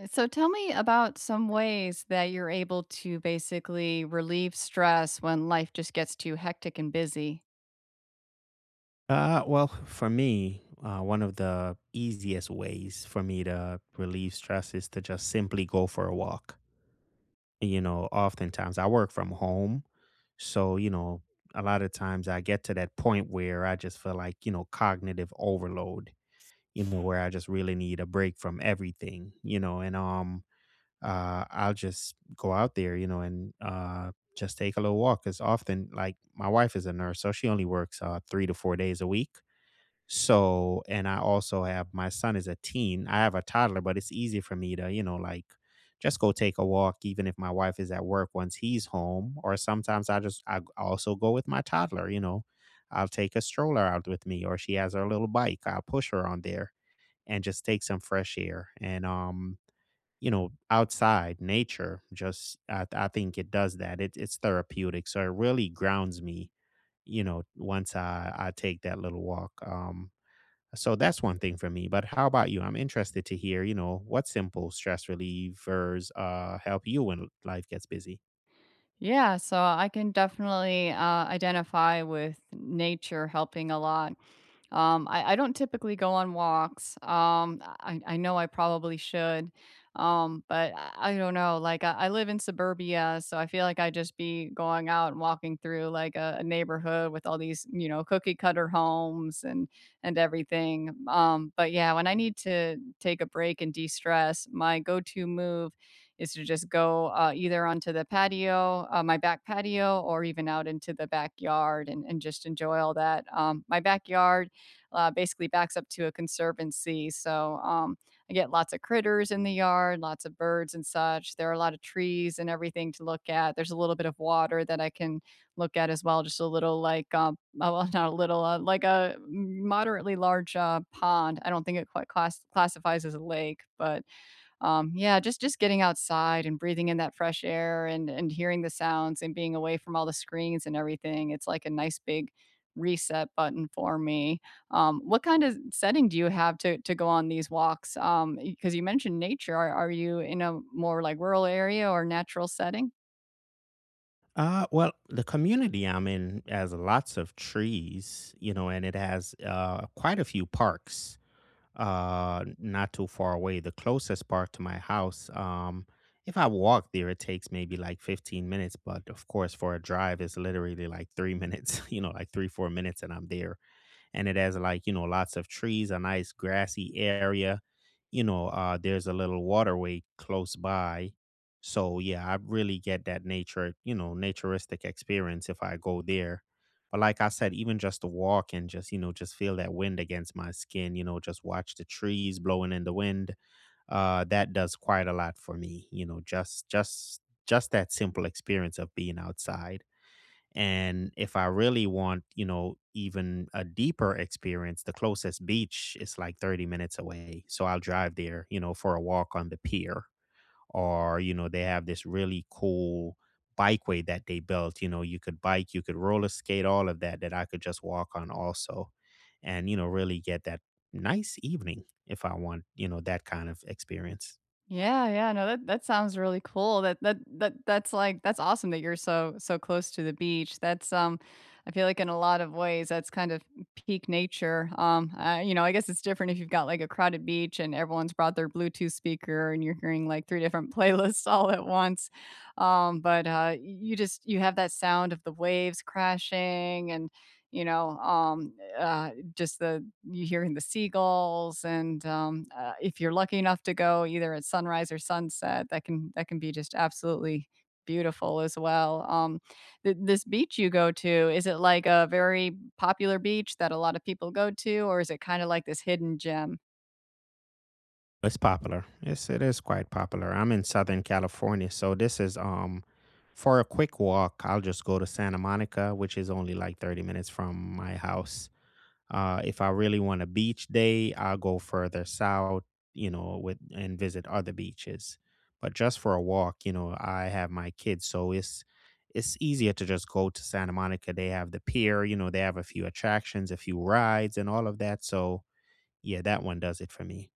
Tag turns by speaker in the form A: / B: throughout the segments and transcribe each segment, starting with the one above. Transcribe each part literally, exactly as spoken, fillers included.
A: Uh, So tell me about some ways that you're able to basically relieve stress when life just gets too hectic and busy.
B: Uh, well, for me, uh, one of the easiest ways for me to relieve stress is to just simply go for a walk. You know, oftentimes I work from home. So, you know, a lot of times I get to that point where I just feel like, you know, cognitive overload, you know, where I just really need a break from everything, you know, and, um, uh, I'll just go out there, you know, and, uh, just take a little walk. Cause often, like, my wife is a nurse, so she only works, uh, three to four days a week. So, and I also have my son is a teen. I have a toddler, but it's easy for me to, you know, like just go take a walk, even if my wife is at work once he's home. Or sometimes I just, I also go with my toddler, you know, I'll take a stroller out with me, or she has her little bike. I'll push her on there and just take some fresh air. And, um, you know, outside nature, just I, I think it does that. It, it's therapeutic. So it really grounds me, you know, once I, I take that little walk. Um, so that's one thing for me. But how about you? I'm interested to hear, you know, what simple stress relievers uh, help you when life gets busy.
A: Yeah, so I can definitely uh, identify with nature helping a lot. Um, I, I don't typically go on walks. Um, I, I know I probably should. Um, but I, I don't know. Like I, I live in suburbia, so I feel like I just be going out and walking through like a, a neighborhood with all these, you know, cookie cutter homes and and everything. Um, but yeah, when I need to take a break and de-stress, my go-to move is to just go uh, either onto the patio, uh, my back patio, or even out into the backyard and, and just enjoy all that. Um, my backyard uh, basically backs up to a conservancy. So um, I get lots of critters in the yard, lots of birds and such. There are a lot of trees and everything to look at. There's a little bit of water that I can look at as well, just a little like, um, oh, well, not a little, uh, like a moderately large uh, pond. I don't think it quite class- classifies as a lake, but um, yeah, just just getting outside and breathing in that fresh air and and hearing the sounds and being away from all the screens and everything. It's like a nice big reset button for me. Um, what kind of setting do you have to to go on these walks? Um, because you mentioned nature. Are, are you in a more like rural area or natural setting?
B: Uh, well, the community I'm in has lots of trees, you know, and it has uh, quite a few parks uh, not too far away. The closest park to my house, um, if I walk there, it takes maybe like fifteen minutes. But of course, for a drive, it's literally like three minutes, you know, like three, four minutes, and I'm there. And it has like, you know, lots of trees, a nice grassy area, you know. Uh there's a little waterway close by. So yeah, I really get that nature, you know, naturistic experience if I go there. But like I said, even just to walk and just, you know, just feel that wind against my skin, you know, just watch the trees blowing in the wind. Uh that does quite a lot for me, you know, just just just that simple experience of being outside. And if I really want, you know, even a deeper experience, the closest beach is like thirty minutes away. So I'll drive there, you know, for a walk on the pier. Or, you know, they have this really cool bikeway that they built. You know, you could bike, you could roller skate, all of that, that I could just walk on also. And, you know, really get that nice evening if I want, you know, that kind of experience.
A: Yeah, yeah, no, that that sounds really cool. That that that that's like that's awesome that you're so so close to the beach. That's um, I feel like in a lot of ways that's kind of peak nature. Um, uh, you know, I guess it's different if you've got like a crowded beach and everyone's brought their Bluetooth speaker and you're hearing like three different playlists all at once. Um, but uh, You just you have that sound of the waves crashing and you know um uh, just the you hearing the seagulls and, um, uh, if you're lucky enough to go either at sunrise or sunset, that can that can be just absolutely beautiful as well. Um, th this beach you go to, is it like a very popular beach that a lot of people go to, or is it kinda like this hidden gem?
B: It's popular. Yes, it is quite popular. I'm in Southern California, so this is, um for a quick walk, I'll just go to Santa Monica, which is only like thirty minutes from my house. Uh if I really want a beach day, I'll go further south, you know, with and visit other beaches. But just for a walk, you know, I have my kids, so it's it's easier to just go to Santa Monica. They have the pier, you know, they have a few attractions, a few rides and all of that. So, yeah, that one does it for me.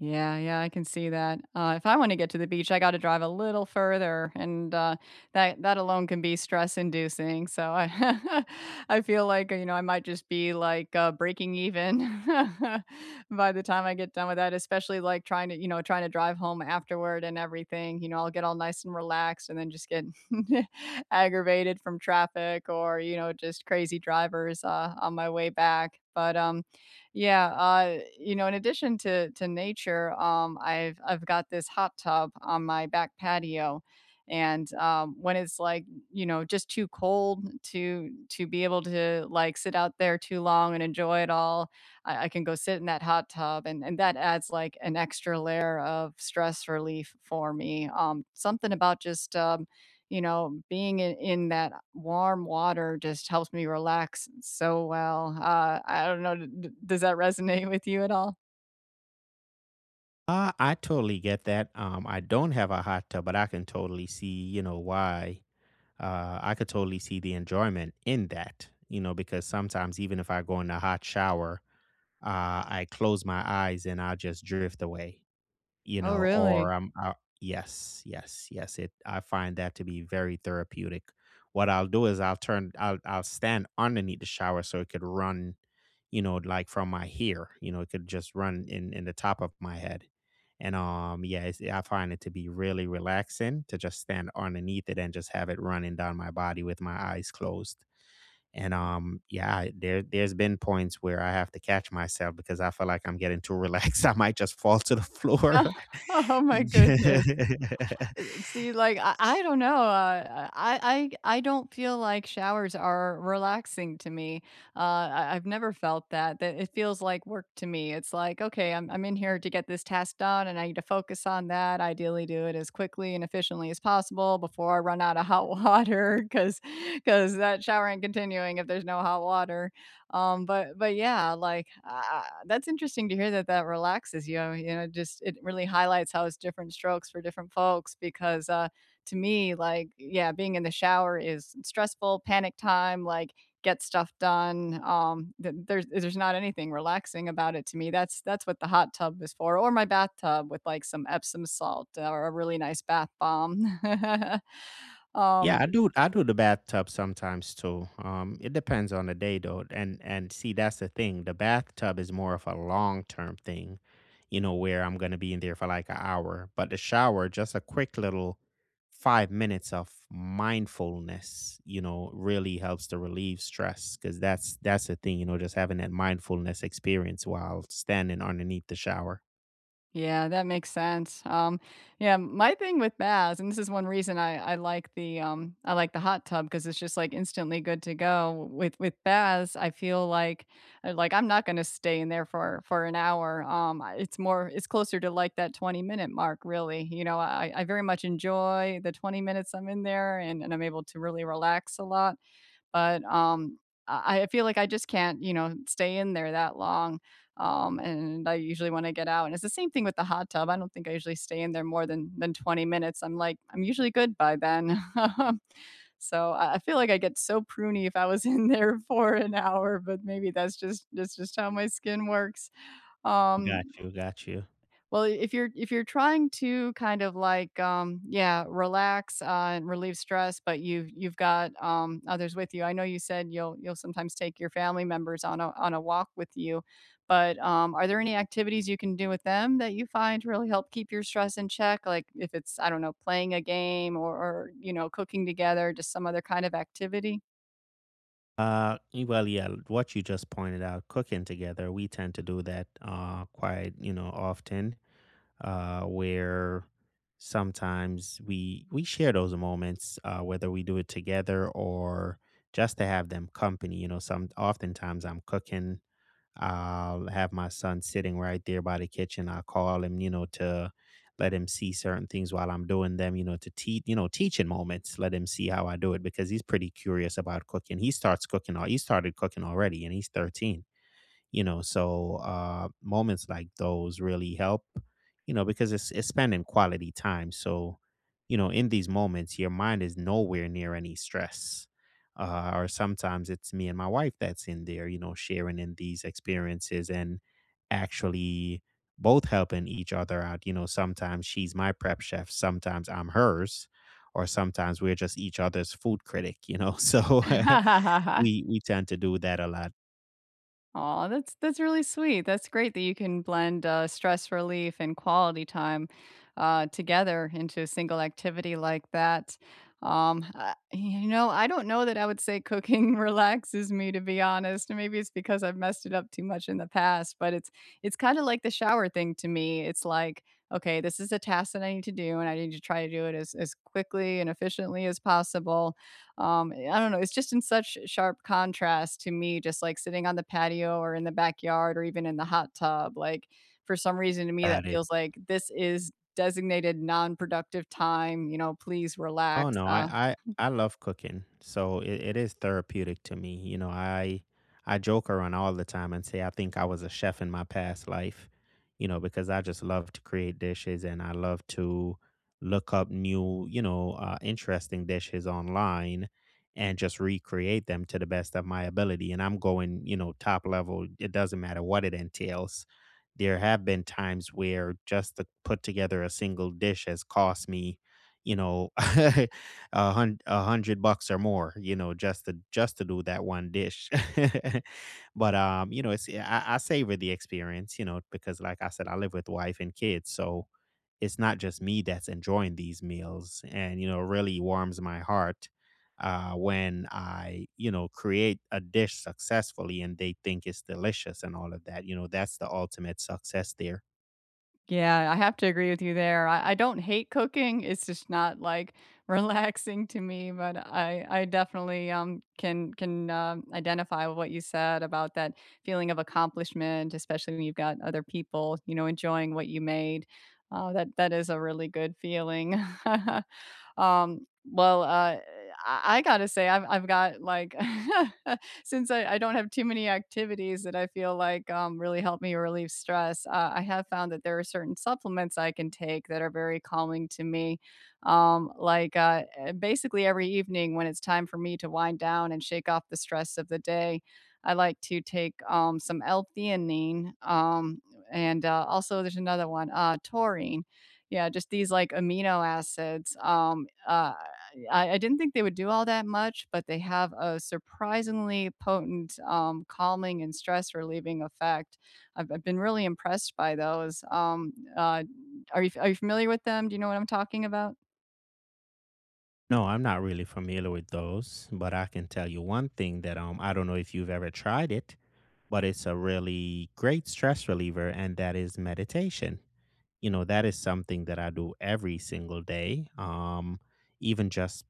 A: Yeah, yeah, I can see that. Uh, if I want to get to the beach, I got to drive a little further, and uh, that that alone can be stress inducing. So I, I feel like uh, you know I might just be like uh, breaking even by the time I get done with that. Especially like trying to you know trying to drive home afterward and everything. You know, I'll get all nice and relaxed, and then just get aggravated from traffic or you know just crazy drivers uh, on my way back. But um, yeah, uh, you know, in addition to to nature, um, I've I've got this hot tub on my back patio, and um, when it's like you know just too cold to to be able to like sit out there too long and enjoy it all, I, I can go sit in that hot tub, and and that adds like an extra layer of stress relief for me. Um, something about just um, you know, being in in that warm water just helps me relax so well. Uh, I don't know, d d does that resonate with you at all?
B: Uh, I totally get that. Um, I don't have a hot tub, but I can totally see, you know, why. Uh, I could totally see the enjoyment in that, you know, because sometimes even if I go in a hot shower, uh, I close my eyes and I'll just drift away. You
A: Oh,
B: know,
A: really?
B: or I'm I yes, yes, yes, it I find that to be very therapeutic. What I'll do is I'll turn I'll I'll stand underneath the shower so it could run, you know, like from my hair, you know, it could just run in in the top of my head. And um yeah, it's, I find it to be really relaxing to just stand underneath it and just have it running down my body with my eyes closed. And um, yeah, I- there there's been points where I have to catch myself because I feel like I'm getting too relaxed. I might just fall to the floor.
A: Oh, my goodness.
B: Yeah.
A: Uh, see, like, I I don't know, uh, I I I don't feel like showers are relaxing to me. Uh, I I've never felt that, that it feels like work to me. It's like, "Okay, I'm I'm in here to get this task done, and I need to focus on that, ideally do it as quickly and efficiently as possible before I run out of hot water. Because, because that shower ain't continuing if there's no hot water." Um, but but yeah, like, uh, that's interesting to hear that that relaxes you. I mean, you know, just it really highlights how it's different strokes for different folks because, uh, to me, like, yeah, being in the shower is stressful, panic time, like, get stuff done. Um, th- there's there's not anything relaxing about it to me. That's that's what the hot tub is for, or my bathtub with like some Epsom salt uh, or a really nice bath bomb.
B: Yeah, I
A: um,
B: do I do the bathtub sometimes too. Um, it depends on the day though. And and see that's the thing. The bathtub is more of a long-term thing, you know, where I'm gonna be in there for like an hour. But the shower, just a quick little five minutes of mindfulness, you know, really helps to relieve stress. Cause that's that's the thing, you know, just having that mindfulness experience while standing underneath the shower.
A: Yeah, that makes sense. Um, yeah, my thing with baths, and this is one reason I, I like the um I like the hot tub because it's just like instantly good to go. With with baths, I feel like uh, like I'm not going to stay in there for for an hour. Um, I- it's more it's closer to like that twenty minute mark, really. You know, I I very much enjoy the twenty minutes I'm in there, and and I'm able to really relax a lot. But, um, I I feel like I just can't, you know, stay in there that long, um, and I usually wanna get out, and it's the same thing with the hot tub. I don't think I usually stay in there more than than twenty minutes. I'm like, I'm usually good by then. So, I I feel like I get so pruny if I was in there for an hour, but maybe that's just that's just how my skin works.
B: Got
A: Um,
B: you, got you.
A: well, if you're if you're trying to kind of like, um, yeah, relax, uh, and relieve stress, but you've you've got, um, others with you. I know you said you'll you'll sometimes take your family members on a on a walk with you, but, um, are there any activities you can do with them that you find really help keep your stress in check? Like if it's, I don't know, playing a game or or, you know, cooking together, just some other kind of activity?
B: Uh, y- well, yeah, what you just pointed out, cooking together, we tend to do that uh quite, you know, often, uh, where sometimes we we share those moments, uh, whether we do it together or just to have them company. You know, some oftentimes I'm cooking. I'll have my son sitting right there by the kitchen. I'll call him, you know, to let him see certain things while I'm doing them, you know, to teach, you know, teaching moments. Let him see how I do it because he's pretty curious about cooking. He starts cooking, al- he started cooking already and he's thirteen, you know. So uh moments like those really help, you know, because it's it's spending quality time. So, you know, in these moments your mind is nowhere near any stress. Uh or sometimes it's me and my wife that's in there, you know, sharing in these experiences and actually both helping each other out, you know. Sometimes she's my prep chef, sometimes I'm hers, or sometimes we're just each other's food critic, you know. So we we tend to do that a lot
A: Oh, that's that's really sweet. That's great that you can blend, uh, stress relief and quality time, uh, together into a single activity like that. Um, uh, you know, I don't know that I would say cooking relaxes me, to be honest. Maybe it's because I've messed it up too much in the past, but it's it's kinda like the shower thing to me. It's like, "Okay, this is a task that I need to do, and I need to try to do it as as quickly and efficiently as possible." Um, eh, I don't know, it's just in such sharp contrast to me just, like, sitting on the patio or in the backyard or even in the hot tub, like, for some reason to me that
B: about it.
A: feels like this is designated non-productive time, you know, please
B: Oh
A: relax,
B: no, I
A: uh
B: I, I love cooking, so it, it is therapeutic to me. You know, I I joke around all the time and say I think I was a chef in my past life, you know, because I just love to create dishes and I love to look up new, you know, uh, interesting dishes online and just recreate them to the best of my ability. And I'm going, you know, top level. It doesn't matter what it entails. There have been times where just to put together a single dish has cost me, you know, a hundred a hundred bucks or more, you know, just to just to do that one dish. But um, you know, it's I, I savor the experience, you know, because like I said, I live with wife and kids, so it's not just me that's enjoying these meals, and you know, it really warms my heart uh, when I, you know, create a dish successfully and they think it's delicious and all of that. You know, that's the ultimate success there.
A: Yeah, I have to agree with you there. I, I don't hate cooking. It's just not like relaxing to me, but I I definitely um can can um, identify with what you said about that feeling of accomplishment, especially when you've got other people, you know, enjoying what you made. Uh, that that is a really good feeling. Um, well, uh, I, I gotta say, I've I've got like since I, I don't have too many activities that I feel like um, really help me relieve stress. Uh, I have found that there are certain supplements I can take that are very calming to me. Um, like uh, uh, basically every evening when it's time for me to wind down and shake off the stress of the day, I like to take um, some L-theanine, um, and uh, also there's another one, uh, taurine. Yeah, just these like amino acids. Um, uh, I I didn't think they would do all that much, but they have a surprisingly potent, um, calming and stress relieving effect. I've I've been really impressed by those. Um, uh, are you are you familiar with them? Do you know what I'm talking about?
B: No, I'm not really familiar with those, but I can tell you one thing that, um I don't know if you've ever tried it, but it's a really great stress reliever, and that is meditation. You know, that is something that I do every single day. Um, even just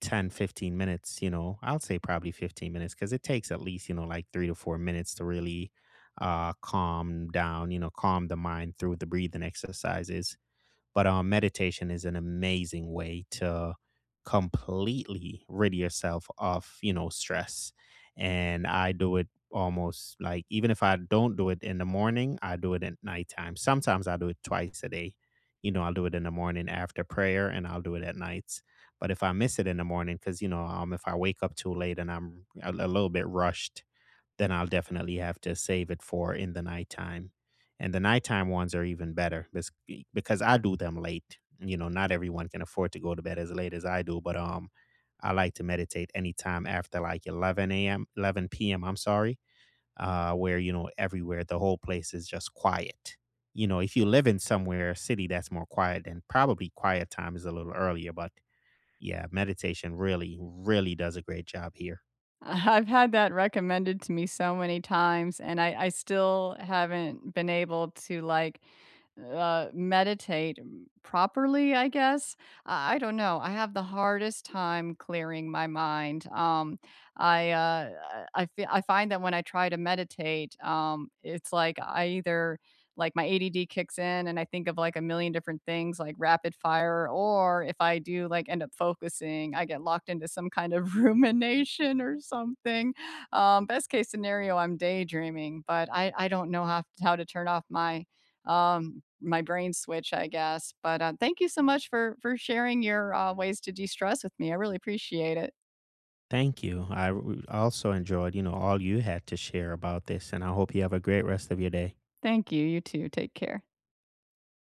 B: ten, fifteen minutes, you know, I'll say probably fifteen minutes because it takes at least, you know, like three to four minutes to really uh, calm down, you know, calm the mind through the breathing exercises. But um, meditation is an amazing way to completely rid yourself of, you know, stress. And I do it almost like even if I don't do it in the morning, I do it at nighttime. Sometimes I do it twice a day. You know, I'll do it in the morning after prayer and I'll do it at nights. But if I miss it in the morning, because, you know, um, if I wake up too late and I'm a a little bit rushed, then I'll definitely have to save it for in the nighttime. And the nighttime ones are even better bes- e, because I do them late. You know, not everyone can afford to go to bed as late as I do, but um, I like to meditate anytime after like eleven a m, eleven p m, I'm sorry, uh, where, you know, everywhere the whole place is just quiet. You know, if you live in somewhere, a city that's more quiet, then probably quiet time is a little earlier. But yeah, meditation really, really does a great job here.
A: I've had that recommended to me so many times, and I I still haven't been able to, like, uh, meditate properly, I guess. I I don't know. I have the hardest time clearing my mind. Um, I uh, I I fe- I find that when I try to meditate, um, it's like I either like my A D D kicks in and I think of like a million different things like rapid fire, or if I do like end up focusing, I get locked into some kind of rumination or something. Um, best case scenario, I'm daydreaming, but I I don't know how how to turn off my um, my brain switch, I guess. But uh, thank you so much for for sharing your uh, ways to de stress with me. I really appreciate it.
B: Thank you. I w- also enjoyed, you know, all you had to share about this, and I hope you have a great rest of your day.
A: Thank you. You too. Take care.